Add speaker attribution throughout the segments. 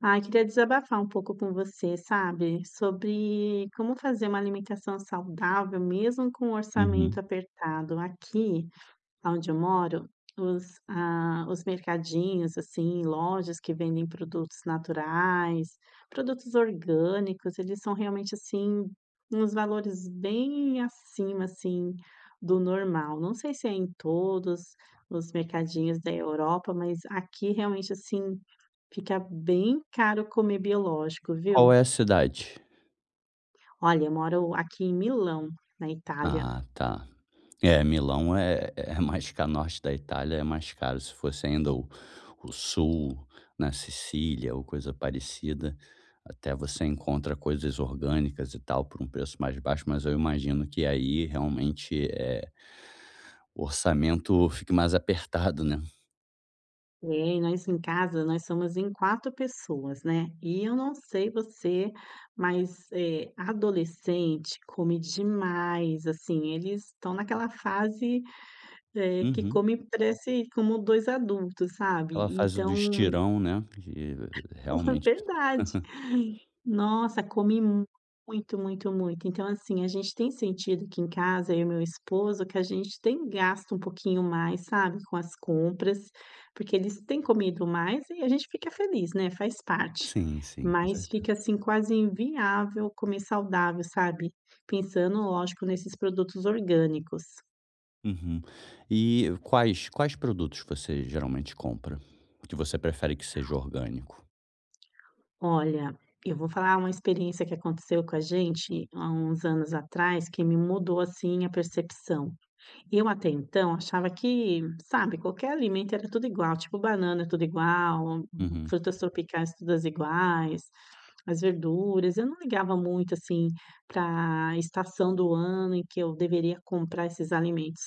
Speaker 1: Ah, queria desabafar um pouco com você, sabe, sobre como fazer uma alimentação saudável mesmo com o orçamento
Speaker 2: Uhum.
Speaker 1: apertado. Aqui, aonde eu moro, os os mercadinhos, assim, lojas que vendem produtos naturais, produtos orgânicos, eles são realmente, assim, uns valores bem acima, assim, do normal. Não sei se é em todos os mercadinhos da Europa, mas aqui realmente, assim, fica bem caro comer biológico,
Speaker 2: Qual
Speaker 1: viu.
Speaker 2: é a cidade?
Speaker 1: Olha, eu moro aqui em Milão, na Itália.
Speaker 2: Ah, tá. É, Milão é mais cá norte da Itália, é mais caro. Se fosse ainda o sul, na Sicília ou coisa parecida, até você encontra coisas orgânicas e tal por um preço mais baixo, mas eu imagino que aí realmente, o orçamento fique mais apertado, né.
Speaker 1: É, nós em casa, nós somos em 4 pessoas, né. E eu não sei você, mas, adolescente come demais, assim, eles estão naquela fase, que
Speaker 2: Uhum.
Speaker 1: come parece como 2 adultos, sabe.
Speaker 2: Aquela fase do
Speaker 1: Então,
Speaker 2: estirão, né, que realmente...
Speaker 1: verdade. Nossa, muito, muito, muito. Então, assim, a gente tem sentido aqui em casa, eu e meu esposo, que a gente tem gasto um pouquinho mais, sabe, com as compras, porque eles têm comido mais e a gente fica feliz, né, faz parte.
Speaker 2: Sim, sim, com
Speaker 1: Mas
Speaker 2: certeza.
Speaker 1: fica, assim, quase inviável comer saudável, sabe, pensando, lógico, nesses produtos orgânicos.
Speaker 2: Uhum. E quais produtos você geralmente compra? Que você prefere que seja orgânico?
Speaker 1: Olha, eu vou falar uma experiência que aconteceu com a gente há uns anos atrás que me mudou, assim, a percepção. Eu até então achava que, sabe, qualquer alimento era tudo igual, tipo banana é tudo igual,
Speaker 2: Uhum.
Speaker 1: frutas tropicais todas iguais, as verduras. Eu não ligava muito assim para a estação do ano em que eu deveria comprar esses alimentos.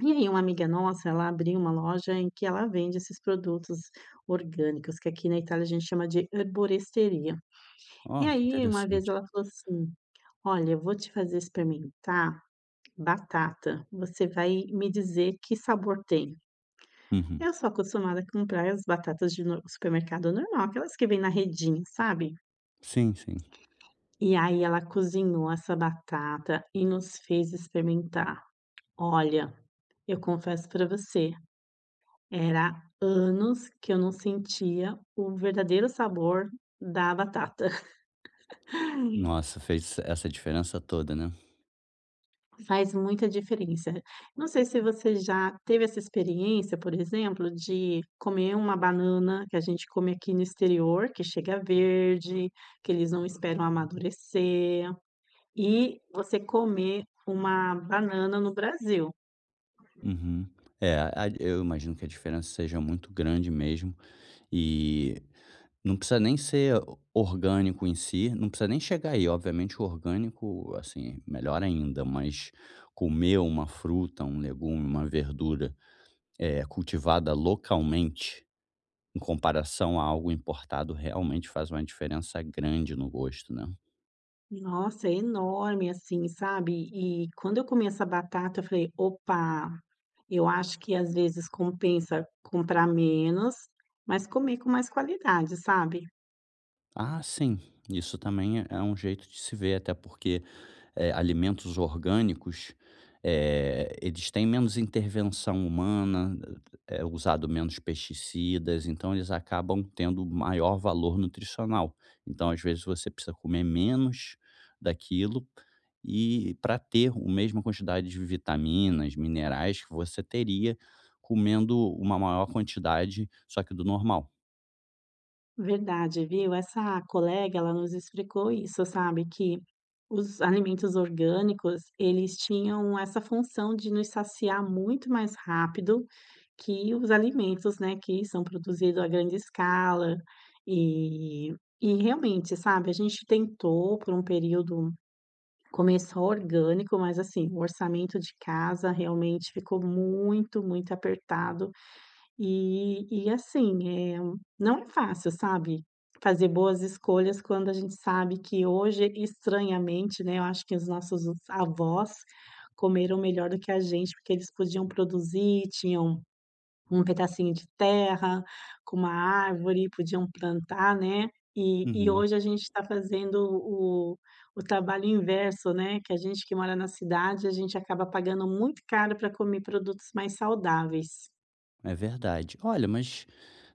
Speaker 1: E aí uma amiga nossa, ela abriu uma loja em que ela vende esses produtos orgânicos, que aqui na Itália a gente chama de herboristeria. E
Speaker 2: Ó, que
Speaker 1: aí uma vez
Speaker 2: interessante.
Speaker 1: ela falou assim: "Olha, eu vou te fazer experimentar batata, você vai me dizer que sabor tem."
Speaker 2: Uhum.
Speaker 1: Eu sou acostumada a comprar as batatas de no supermercado normal, aquelas que vêm na redinha, sabe.
Speaker 2: Sim, sim.
Speaker 1: E aí ela cozinhou essa batata e nos fez experimentar. Olha, eu confesso para você, era anos que eu não sentia o verdadeiro sabor da batata.
Speaker 2: Nossa, fez essa diferença toda, né?
Speaker 1: Faz muita diferença. Não sei se você já teve essa experiência, por exemplo, de comer uma banana que a gente come aqui no exterior, que chega verde, que eles não esperam amadurecer, e você comer uma banana no Brasil.
Speaker 2: Uhum. É, a eu imagino que a diferença seja muito grande mesmo, e não precisa nem ser orgânico em si, não precisa nem chegar aí, obviamente o orgânico, assim, melhor ainda, mas comer uma fruta, um legume, uma verdura, é cultivada localmente em comparação a algo importado, realmente faz uma diferença grande no gosto, né?
Speaker 1: Nossa, é enorme assim, sabe? E quando eu comi essa batata, eu falei: "Opa, eu acho que às vezes compensa comprar menos, mas comer com mais qualidade", sabe?
Speaker 2: Ah, sim. Isso também é um jeito de se ver, até porque, alimentos orgânicos, eles têm menos intervenção humana, é usado menos pesticidas, então eles acabam tendo maior valor nutricional. Então, às vezes, você precisa comer menos daquilo e para ter a mesma quantidade de vitaminas, minerais que você teria comendo uma maior quantidade, só que do normal.
Speaker 1: Verdade, viu? Essa colega, ela nos explicou isso, sabe, que os alimentos orgânicos, eles tinham essa função de nos saciar muito mais rápido que os alimentos, né, que são produzidos a grande escala. E e realmente, sabe, a gente tentou por um período começar orgânico, mas, assim, o orçamento de casa realmente ficou muito, muito apertado e assim, não é fácil, sabe, fazer boas escolhas quando a gente sabe que hoje, estranhamente, né, eu acho que os nossos avós comeram melhor do que a gente, porque eles podiam produzir, tinham um pedacinho de terra, com uma árvore, podiam plantar, né. E
Speaker 2: Uhum.
Speaker 1: hoje a gente está fazendo o o trabalho inverso, né, que a gente que mora na cidade, a gente acaba pagando muito caro para comer produtos mais saudáveis.
Speaker 2: É verdade. Olha, mas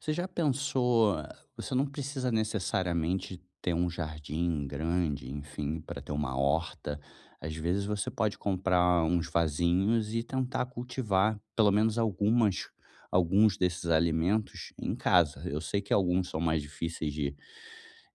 Speaker 2: você já pensou, você não precisa necessariamente ter um jardim grande, enfim, para ter uma horta. Às vezes você pode comprar uns vasinhos e tentar cultivar pelo menos algumas alguns desses alimentos em casa. Eu sei que alguns são mais difíceis de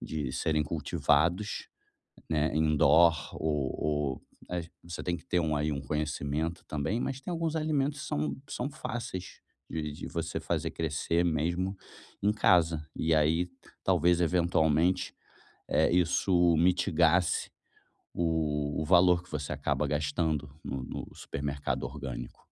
Speaker 2: de serem cultivados, né, indoor ou você tem que ter um aí um conhecimento também, mas tem alguns alimentos que são fáceis de você fazer crescer mesmo em casa. E aí talvez eventualmente, isso mitigasse o valor que você acaba gastando no supermercado orgânico.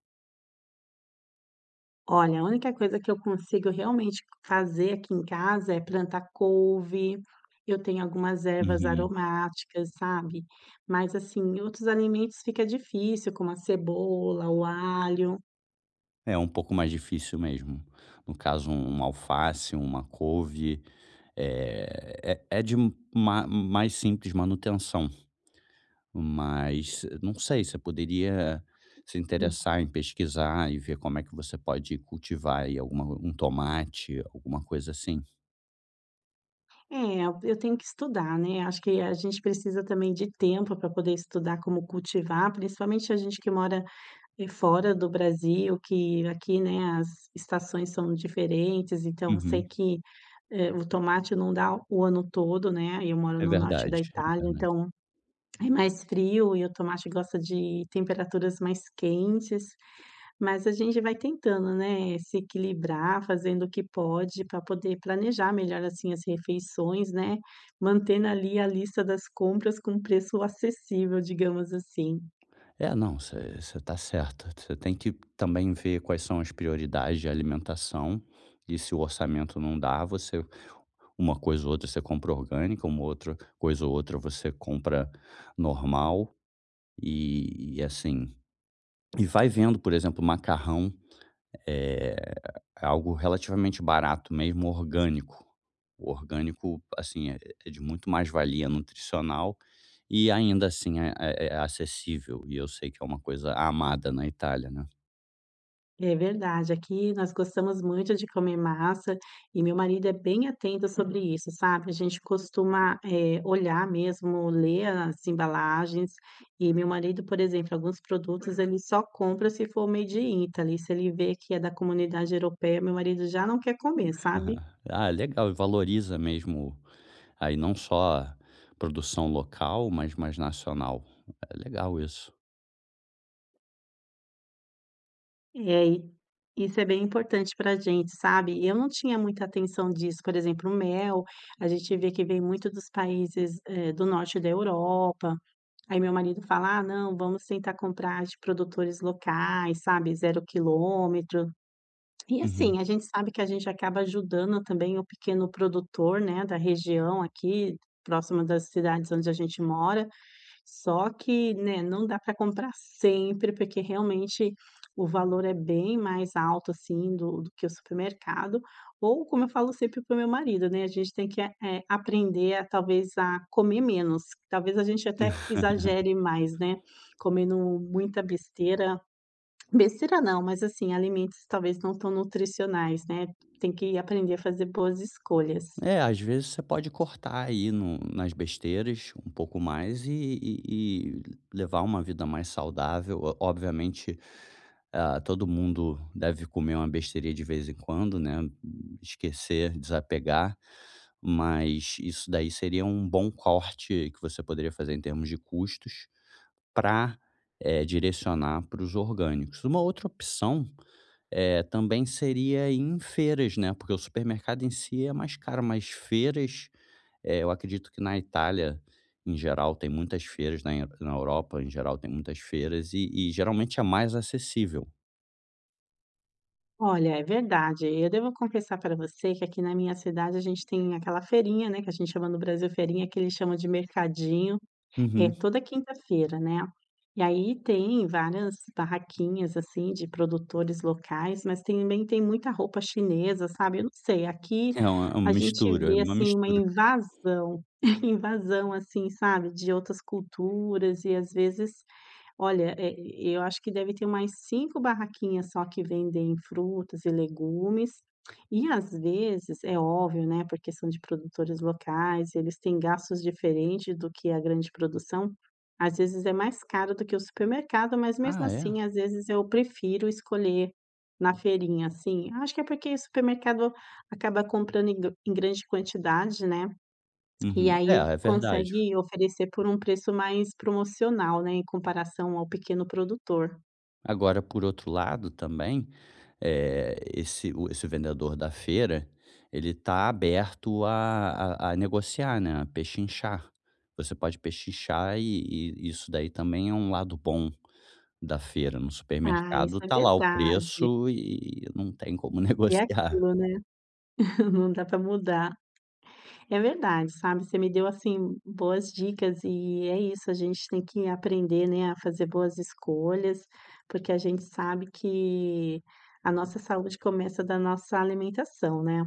Speaker 1: Olha, a única coisa que eu consigo realmente fazer aqui em casa é plantar couve, eu tenho algumas ervas
Speaker 2: Uhum.
Speaker 1: aromáticas, sabe. Mas, assim, outros alimentos fica difícil, como a cebola, o alho.
Speaker 2: É um pouco mais difícil mesmo. No caso, uma alface, uma couve, é de ma mais simples manutenção. Mas não sei, você poderia se interessar em pesquisar e ver como é que você pode cultivar aí alguma um tomate, alguma coisa assim.
Speaker 1: É, eu tenho que estudar, né. Acho que a gente precisa também de tempo para poder estudar como cultivar, principalmente a gente que mora e fora do Brasil, que aqui, né, as estações são diferentes, então eu sei
Speaker 2: Uhum.
Speaker 1: que, o tomate não dá o ano todo, né, eu moro
Speaker 2: É
Speaker 1: no norte
Speaker 2: verdade,
Speaker 1: da
Speaker 2: é
Speaker 1: Itália,
Speaker 2: verdade.
Speaker 1: então é mais frio e o tomate gosta de temperaturas mais quentes, mas a gente vai tentando, né, se equilibrar, fazendo o que pode para poder planejar melhor, assim, as refeições, né, mantendo ali a lista das compras com preço acessível, digamos assim.
Speaker 2: É, não, você está tá certa. Você tem que também ver quais são as prioridades de alimentação e se o orçamento não dá, você uma coisa ou outra você compra orgânica, uma outra coisa ou outra você compra normal e assim. E vai vendo, por exemplo, macarrão. É algo relativamente barato mesmo, orgânico. O orgânico, assim, é de muito mais valia nutricional e ainda assim é acessível, e eu sei que é uma coisa amada na Itália, né.
Speaker 1: É verdade, aqui nós gostamos muito de comer massa e meu marido é bem atento sobre isso, sabe? A gente costuma, olhar mesmo, ler as embalagens e meu marido, por exemplo, alguns produtos ele só compra se for Made in Italy, se ele vê que é da comunidade europeia, meu marido já não quer comer, sabe?
Speaker 2: Aham. Ah, legal, e valoriza mesmo aí não só a produção local, mas mais nacional. É legal isso.
Speaker 1: É, e isso é bem importante pra gente, sabe? Eu não tinha muita atenção disso, por exemplo, o mel, a gente vê que vem muito dos países, do norte da Europa. Aí meu marido fala: "Ah, não, vamos tentar comprar de produtores locais, sabe, zero quilômetro." E
Speaker 2: Uhum.
Speaker 1: assim, a gente sabe que a gente acaba ajudando também o pequeno produtor, né, da região aqui, próxima das cidades onde a gente mora. Só que, né, não dá para comprar sempre, porque realmente o valor é bem mais alto, assim, do que o supermercado, ou como eu falo sempre para o meu marido, né, a gente tem que, aprender a talvez a comer menos, talvez a gente até exagere mais, né, comendo muita besteira, besteira não, mas assim, alimentos talvez não tão nutricionais, né, tem que aprender a fazer boas escolhas.
Speaker 2: É, às vezes você pode cortar aí no nas besteiras um pouco mais e levar uma vida mais saudável. O obviamente, ah, todo mundo deve comer uma besteirinha de vez em quando, né, esquecer, desapegar, mas isso daí seria um bom corte que você poderia fazer em termos de custos para direcionar para os orgânicos. Uma outra opção também seria em feiras, né, porque o supermercado em si é mais caro, mas feiras, eu acredito que na Itália, em geral, tem muitas feiras, na Eu na Europa, em geral, tem muitas feiras e geralmente é mais acessível.
Speaker 1: Olha, é verdade. Eu devo confessar para você que aqui na minha cidade a gente tem aquela feirinha, né, que a gente chama no Brasil feirinha, que eles chamam de mercadinho, é
Speaker 2: Uhum.
Speaker 1: toda quinta-feira, né. E aí tem várias barraquinhas, assim, de produtores locais, mas também tem muita roupa chinesa, sabe. Eu não sei, aqui
Speaker 2: É uma
Speaker 1: a gente
Speaker 2: mistura, é
Speaker 1: vê,
Speaker 2: uma
Speaker 1: assim, uma
Speaker 2: mistura.
Speaker 1: invasão, invasão, assim, sabe, de outras culturas e às vezes, olha, eu acho que deve ter mais 5 barraquinhas só que vendem frutas e legumes, e às vezes, é óbvio, né, por questão de produtores locais, eles têm gastos diferentes do que a grande produção. Às vezes é mais caro do que o supermercado, mas mesmo
Speaker 2: Ah, é?
Speaker 1: assim, às vezes eu prefiro escolher na feirinha, assim. Acho que é porque o supermercado acaba comprando em gr em grande quantidade, né, e
Speaker 2: Uhum. É,
Speaker 1: aí
Speaker 2: é verdade.
Speaker 1: consegue oferecer por um preço mais promocional, né, em comparação ao pequeno produtor.
Speaker 2: Agora, por outro lado também, esse o esse vendedor da feira, ele está aberto a negociar, né, a pechinchar. Você pode pechinchar e isso daí também é um lado bom da feira. No
Speaker 1: Ah, isso
Speaker 2: supermercado
Speaker 1: é
Speaker 2: tá lá o
Speaker 1: verdade.
Speaker 2: preço e não tem como
Speaker 1: E é
Speaker 2: negociar.
Speaker 1: aquilo, né, não dá para mudar. É verdade, sabe, você me deu, assim, boas dicas e é isso, a gente tem que aprender, né, a fazer boas escolhas, porque a gente sabe que a nossa saúde começa da nossa alimentação, né.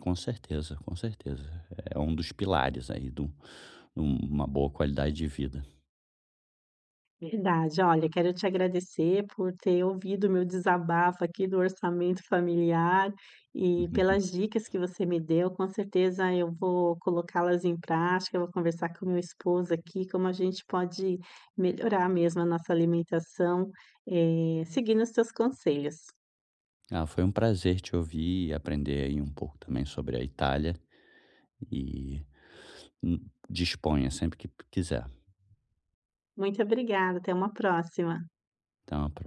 Speaker 2: Com certeza, com certeza. É um dos pilares aí de uma boa qualidade de vida.
Speaker 1: Verdade. Olha, quero te agradecer por ter ouvido o meu desabafo aqui do orçamento familiar e pelas dicas que você me deu. Com certeza eu vou colocá-las em prática, eu vou conversar com meu esposo aqui, como a gente pode melhorar mesmo a nossa alimentação, seguindo os teus conselhos.
Speaker 2: Ah, foi um prazer te ouvir e aprender aí um pouco também sobre a Itália. E disponha sempre que quiser.
Speaker 1: Muito obrigada, até uma próxima.
Speaker 2: Então,